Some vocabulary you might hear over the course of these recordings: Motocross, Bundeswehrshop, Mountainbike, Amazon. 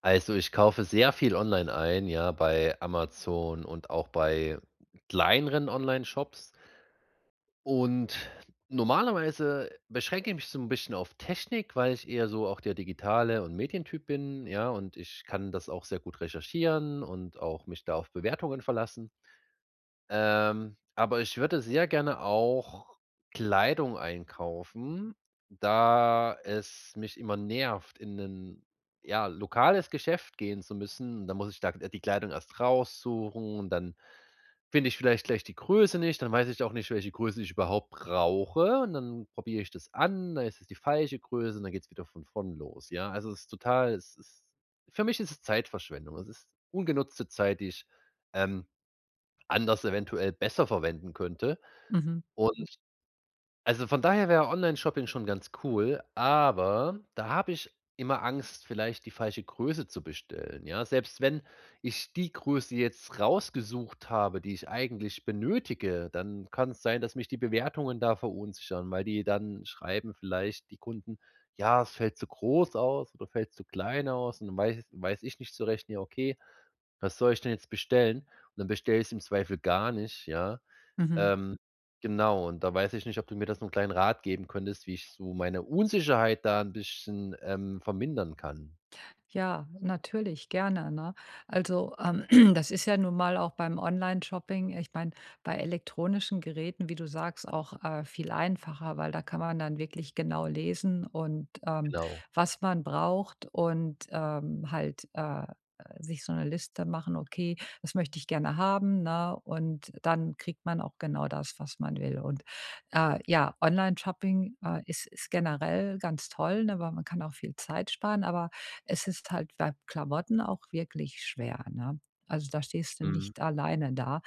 Also, ich kaufe sehr viel online ein, ja, bei Amazon und auch bei kleineren Online-Shops. Und normalerweise beschränke ich mich so ein bisschen auf Technik, weil ich eher so auch der digitale und Medientyp bin, ja, und ich kann das auch sehr gut recherchieren und auch mich da auf Bewertungen verlassen. Aber ich würde sehr gerne auch Kleidung einkaufen, da es mich immer nervt, in ein ja, lokales Geschäft gehen zu müssen. Dann muss ich da die Kleidung erst raussuchen und dann finde ich vielleicht gleich die Größe nicht. Dann weiß ich auch nicht, welche Größe ich überhaupt brauche, und dann probiere ich das an, dann ist es die falsche Größe und dann geht es wieder von vorn los, ja? Also, es ist für mich ist es Zeitverschwendung. Es ist ungenutzte Zeit, die ich, ähm, anders eventuell besser verwenden könnte. Mhm, Und also von daher wäre Online-Shopping schon ganz cool, aber da habe ich immer Angst, vielleicht die falsche Größe zu bestellen, ja? Selbst wenn ich die Größe jetzt rausgesucht habe, die ich eigentlich benötige, dann kann es sein, dass mich die Bewertungen da verunsichern, weil die dann schreiben vielleicht die Kunden: „Ja, es fällt zu groß aus oder fällt zu klein aus.“ Und dann weiß ich nicht zu rechnen: „Ja, okay, was soll ich denn jetzt bestellen?“ Und dann bestelle ich's im Zweifel gar nicht, ja? mhm. Ähm, genau, und da weiß ich nicht, ob du mir das so 'n kleinen Rat geben könntest, wie ich so meine Unsicherheit da 'n bisschen, vermindern kann. Ja, natürlich, gerne, ne? Also, das ist ja nun mal auch beim Online-Shopping, ich meine, bei elektronischen Geräten, wie du sagst, auch, viel einfacher, weil da kann man dann wirklich genau lesen und, Genau. was man braucht und, halt, sich so eine Liste machen: „Okay, das möchte ich gerne haben“, ne? Und dann kriegt man auch genau das, was man will. Und, ja, Online-Shopping, ist generell ganz toll, ne, weil man kann auch viel Zeit sparen, aber es ist halt bei Klamotten auch wirklich schwer, ne? Also, da stehst du Mhm. nicht alleine da.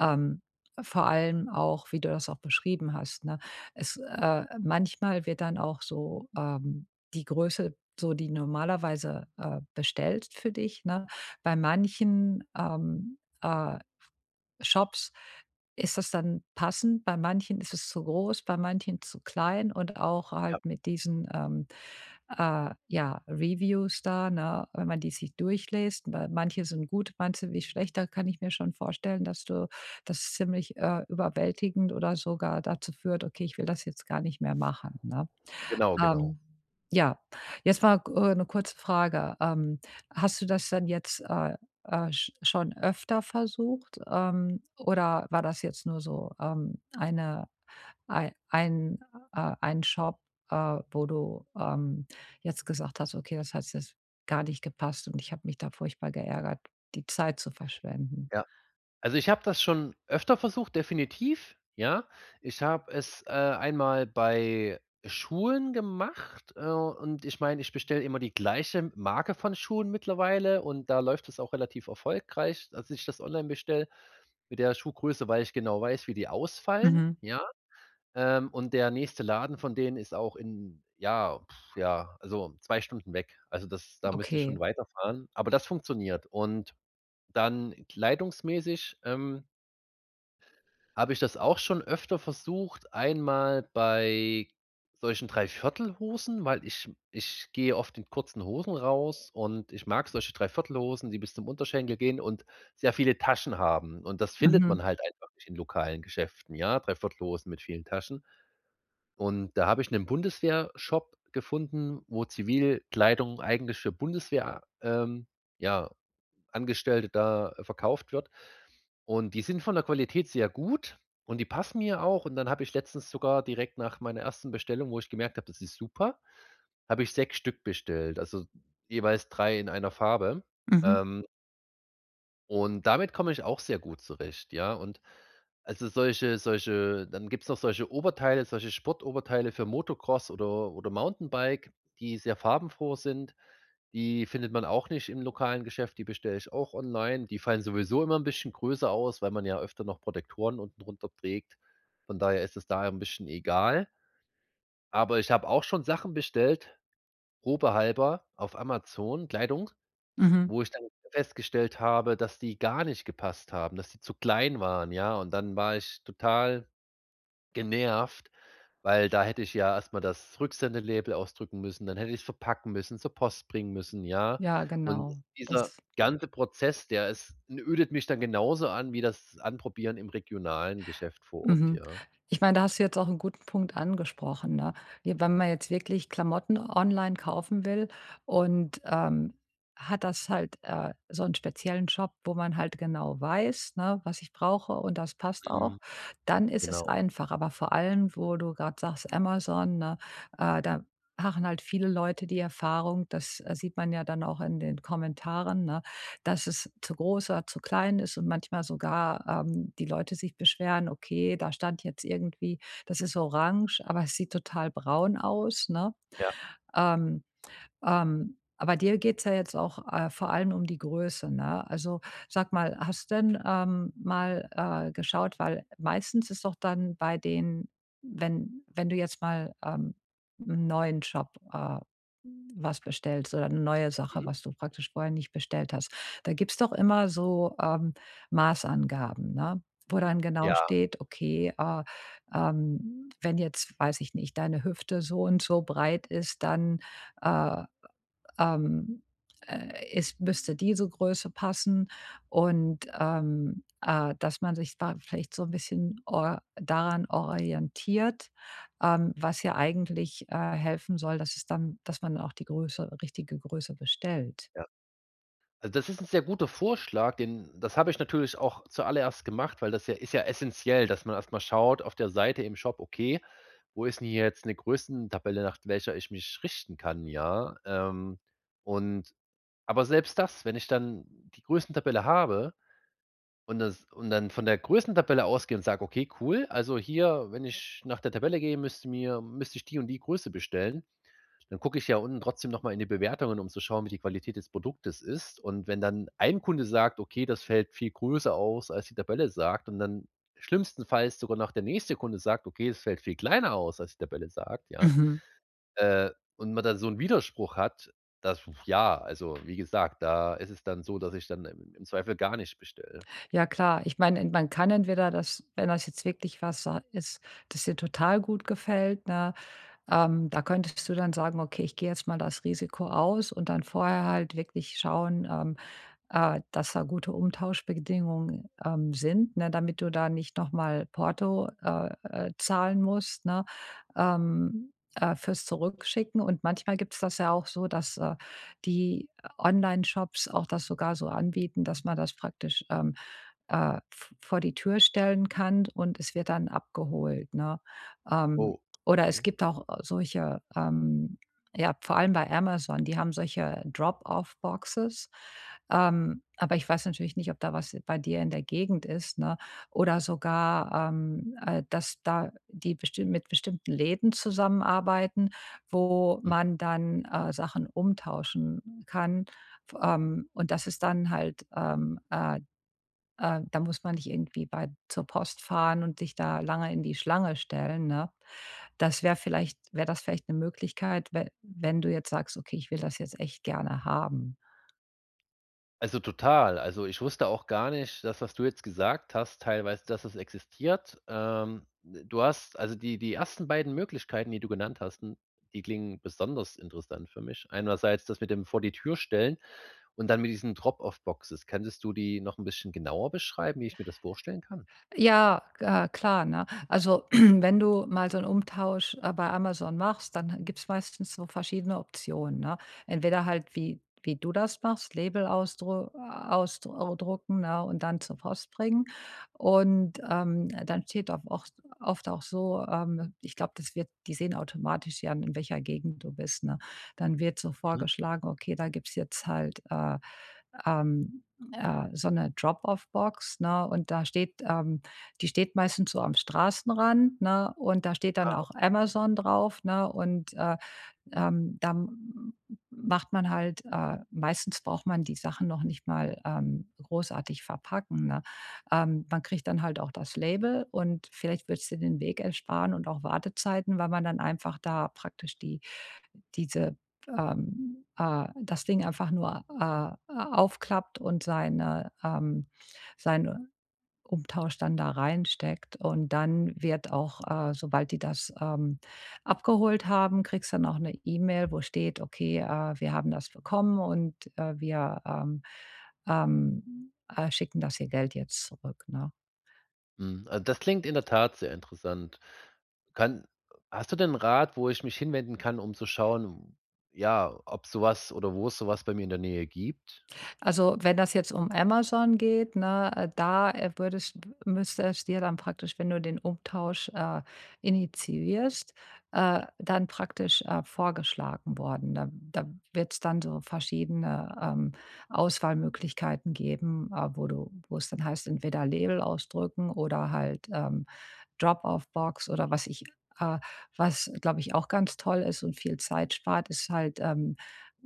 Ähm, vor allem auch, wie du das auch beschrieben hast, ne? Es manchmal wird dann auch so, die Größe, so die normalerweise, bestellt für dich, ne? Bei manchen, Shops ist das dann passend, bei manchen ist es zu groß, bei manchen zu klein und auch Ja, halt mit diesen, ja, Reviews da, ne? Wenn man die sich durchliest, weil manche sind gut, manche wie schlecht, da kann ich mir schon vorstellen, dass du das ziemlich, überwältigend oder sogar dazu führt: „Okay, ich will das jetzt gar nicht mehr machen“, ne? genau, genau. Ähm, ja, jetzt mal, 'ne kurze Frage. Hast du das dann jetzt, schon öfter versucht, oder war das jetzt nur so, eine Ei ein einen Shop, wo du, jetzt gesagt hast: „Okay, das hat jetzt gar nicht gepasst und ich habe mich da furchtbar geärgert, die Zeit zu verschwenden.“ Ja. Also, ich habe das schon öfter versucht, definitiv, ja. Ich habe es, einmal bei Schuhen gemacht, und ich meine, ich bestelle immer die gleiche Marke von Schuhen mittlerweile, und da läuft es auch relativ erfolgreich, dass ich das online bestelle mit der Schuhgröße, weil ich genau weiß, wie die ausfallen, Mhm. ja. Und der nächste Laden von denen ist auch in ja, pf, ja, also 2 Stunden weg. Also, das da müsste ich schon Okay. weiterfahren, aber das funktioniert. Und dann kleidungsmäßig, habe ich das auch schon öfter versucht. Einmal bei solchen Dreiviertelhosen, weil ich gehe oft in kurzen Hosen raus und ich mag solche Dreiviertelhosen, die bis zum Unterschenkel gehen und sehr viele Taschen haben. Und das findet Mhm. man halt einfach nicht in lokalen Geschäften, ja, Dreiviertelhosen mit vielen Taschen. Und da habe ich 'nen Bundeswehrshop gefunden, wo Zivilkleidung eigentlich für Bundeswehr ja, Angestellte da verkauft wird. Und die sind von der Qualität sehr gut und die passen mir auch. Und dann habe ich letztens sogar direkt nach meiner ersten Bestellung, wo ich gemerkt habe, das ist super, habe ich 6 Stück bestellt, also jeweils 3 in einer Farbe. Mhm. Ähm und damit komme ich auch sehr gut zurecht, ja. Und also solche, dann gibt's noch solche Oberteile, solche Sportoberteile für Motocross oder Mountainbike, die sehr farbenfroh sind. Die findet man auch nicht im lokalen Geschäft, die bestelle ich auch online. Die fallen sowieso immer ein bisschen größer aus, weil man ja öfter noch Protektoren unten drunter trägt. Von daher ist es da ein bisschen egal. Aber ich habe auch schon Sachen bestellt, probehalber auf Amazon, Kleidung, Mhm. wo ich dann festgestellt habe, dass die gar nicht gepasst haben, dass die zu klein waren, ja? Und dann war ich total genervt, weil da hätte ich ja erst mal das Rücksendelabel ausdrücken müssen, dann hätte ich's verpacken müssen, zur Post bringen müssen, ja? Ja, Und genau. dieser Das ganze Prozess, der ist n ödet mich dann genauso an wie das Anprobieren im regionalen Geschäft vor Ort, Mhm. ja. Ich meine, da hast du jetzt auch einen guten Punkt angesprochen, ne? J Wenn man jetzt wirklich Klamotten online kaufen will und, hat das halt, so einen speziellen Shop, wo man halt genau weiß, ne, was ich brauche und das passt Mhm, auch, dann ist genau, es einfach. Aber vor allem, wo du gerade sagst, Amazon, ne, da machen halt viele Leute die Erfahrung, das, sieht man ja dann auch in den Kommentaren, ne? Dass es zu groß oder zu klein ist und manchmal sogar, die Leute sich beschweren: „Okay, da stand jetzt irgendwie das ist orange, aber es sieht total braun aus“, ne? ja. Ähm aber dir geht's ja jetzt auch, vor allem um die Größe, ne? Also, sag mal, hast denn, mal, geschaut, weil meistens ist doch dann bei den wenn du jetzt mal, 'n neuen Job, was bestellst oder eine neue Sache, Mhm. was du praktisch vorher nicht bestellt hast, da gibt's doch immer so, Maßangaben, ne, wo dann genau Ja. steht, okay, wenn jetzt, weiß ich nicht, deine Hüfte so und so breit ist, dann, äh ähm, es müsste diese Größe passen und, dass man sich da vielleicht so ein bisschen or daran orientiert, was ja eigentlich, helfen soll, dass es dann dass man auch die Größe richtige Größe bestellt. Also, das ist ein sehr guter Vorschlag, den das habe ich natürlich auch zuallererst gemacht, weil das ja ist ja essentiell, dass man erstmal schaut auf der Seite im Shop: „Okay, wo ist denn hier jetzt 'ne Größentabelle, nach welcher ich mich richten kann?“ Ja, und aber selbst das, wenn ich dann die Größentabelle habe und dann von der Größentabelle ausgehe und sage: „Okay, cool, also hier, wenn ich nach der Tabelle gehe, müsste ich die und die Größe bestellen.“ Dann gucke ich ja unten trotzdem noch mal in die Bewertungen, um zu schauen, wie die Qualität des Produktes ist. Und wenn dann ein Kunde sagt: „Okay, das fällt viel größer aus, als die Tabelle sagt“, und dann schlimmstenfalls sogar noch der nächste Kunde sagt: „Okay, es fällt viel kleiner aus, als die Tabelle sagt“, ja? Mhm. Äh, und man dann so einen Widerspruch hat, das ja, also, wie gesagt, da ist es dann so, dass ich dann im Zweifel gar nicht bestelle. Ja klar, ich meine, man kann entweder das, wenn das jetzt wirklich was sa ist, das dir total gut gefällt, ne, da könntest du dann sagen: „Okay, ich gehe jetzt mal das Risiko aus“ und dann vorher halt wirklich schauen, dass da gute Umtauschbedingungen, sind, ne, damit du da nicht nochmal Porto, zahlen musst, ne, fürs Zurückschicken. Und manchmal gibt es das ja auch so, dass, die Shops auch das sogar so anbieten, dass man das praktisch, v vor die Tür stellen kann und es wird dann abgeholt, ne? Ähm, Oh, oder es okay. gibt auch solche, ja, vor allem bei Amazon, die haben solche Drop-off-Boxes. Aber ich weiß natürlich nicht, ob da was bei dir in der Gegend ist, ne? Oder sogar, dass da die bestimmt mit bestimmten Läden zusammenarbeiten, wo man dann, Sachen umtauschen kann, f und das ist dann halt, da muss man nicht irgendwie bei zur Post fahren und sich da lange in die Schlange stellen, ne? Das wäre vielleicht, wäre das vielleicht eine Möglichkeit, we wenn du jetzt sagst: „Okay, ich will das jetzt echt gerne haben.“ Also, total. Also, ich wusste auch gar nicht das, was du jetzt gesagt hast, teilweise, dass es existiert. Du hast also, die ersten beiden Möglichkeiten, die du genannt hast, n die klingen besonders interessant für mich. Einerseits das mit dem vor die Tür stellen und dann mit diesen Drop-off-Boxes. Könntest du die noch ein bisschen genauer beschreiben, wie ich mir das vorstellen kann? Ja, klar, ne? Also, wenn du mal so einen Umtausch, bei Amazon machst, dann gibt's meistens so verschiedene Optionen, ne? Entweder halt wie du das machst, Label ausdru ausdru ne, und dann zur Post bringen. Und, dann steht oft auch so, ich glaube, das wird die sehen automatisch, ja, in welcher Gegend du bist, ne? Dann wird so Mhm, vorgeschlagen: „Okay, da gibt's jetzt halt, äh“. ähm, so eine Drop-off-Box, ne, und da steht, die steht meistens so am Straßenrand, ne, und da steht dann ja. auch Amazon drauf, ne, und, da m macht man halt, meistens braucht man die Sachen noch nicht mal, großartig verpacken, ne? Man kriegt dann halt auch das Label und vielleicht wird es dir den Weg ersparen und auch Wartezeiten, weil man dann einfach da praktisch die diese, das Ding einfach nur, aufklappt und seine, sein Umtausch dann da reinsteckt. Und dann wird auch, sobald die das, abgeholt haben, kriegst dann auch eine E-Mail, wo steht: „Okay, wir haben das bekommen und, wir, schicken das Ihr Geld jetzt zurück“, ne? Mhm, also, das klingt in der Tat sehr interessant. Kann Hast du denn 'n Rat, wo ich mich hinwenden kann, um zu schauen, ja, ob sowas oder wo es sowas bei mir in der Nähe gibt? Also, wenn das jetzt um Amazon geht, ne, da, würdest müsste es dir dann praktisch, wenn du den Umtausch, initiierst, dann praktisch, vorgeschlagen worden. Da wird es dann so verschiedene, Auswahlmöglichkeiten geben, wo du wo es dann heißt, entweder Label ausdrücken oder halt, Drop-off-Box, oder was ich, äh, was, glaube ich, auch ganz toll ist und viel Zeit spart, ist halt,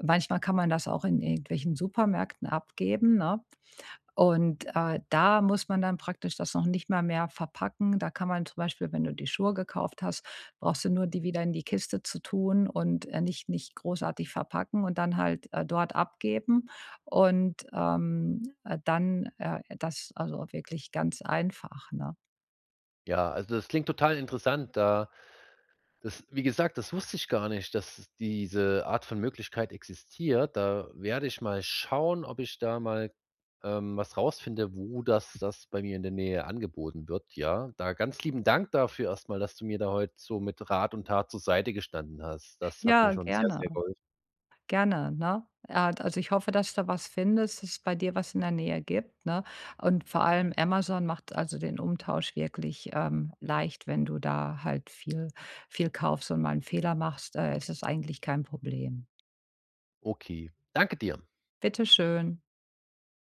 manchmal kann man das auch in irgendwelchen Supermärkten abgeben, ne? Und, da muss man dann praktisch das noch nicht mal mehr verpacken. Da kann man zum Beispiel, wenn du die Schuhe gekauft hast, brauchst du nur die wieder in die Kiste zu tun und, nicht großartig verpacken und dann halt, dort abgeben und, dann, das also wirklich ganz einfach, ne? Ja, also das klingt total interessant, da das wie gesagt, das wusste ich gar nicht, dass es diese Art von Möglichkeit existiert. Da werde ich mal schauen, ob ich da mal, was rausfinde, wo das bei mir in der Nähe angeboten wird, ja? Da ganz lieben Dank dafür erstmal, dass du mir da heute so mit Rat und Tat zur Seite gestanden hast. Das hat mir Ja, schon sehr, gerne. sehr geholfen. Gerne, ne? Ja, also ich hoffe, dass du was findest, dass es bei dir was in der Nähe gibt, ne? Und vor allem Amazon macht also den Umtausch wirklich, leicht, wenn du da halt viel, viel kaufst und mal einen Fehler machst, ist es eigentlich kein Problem. Okay, danke dir. Bitteschön.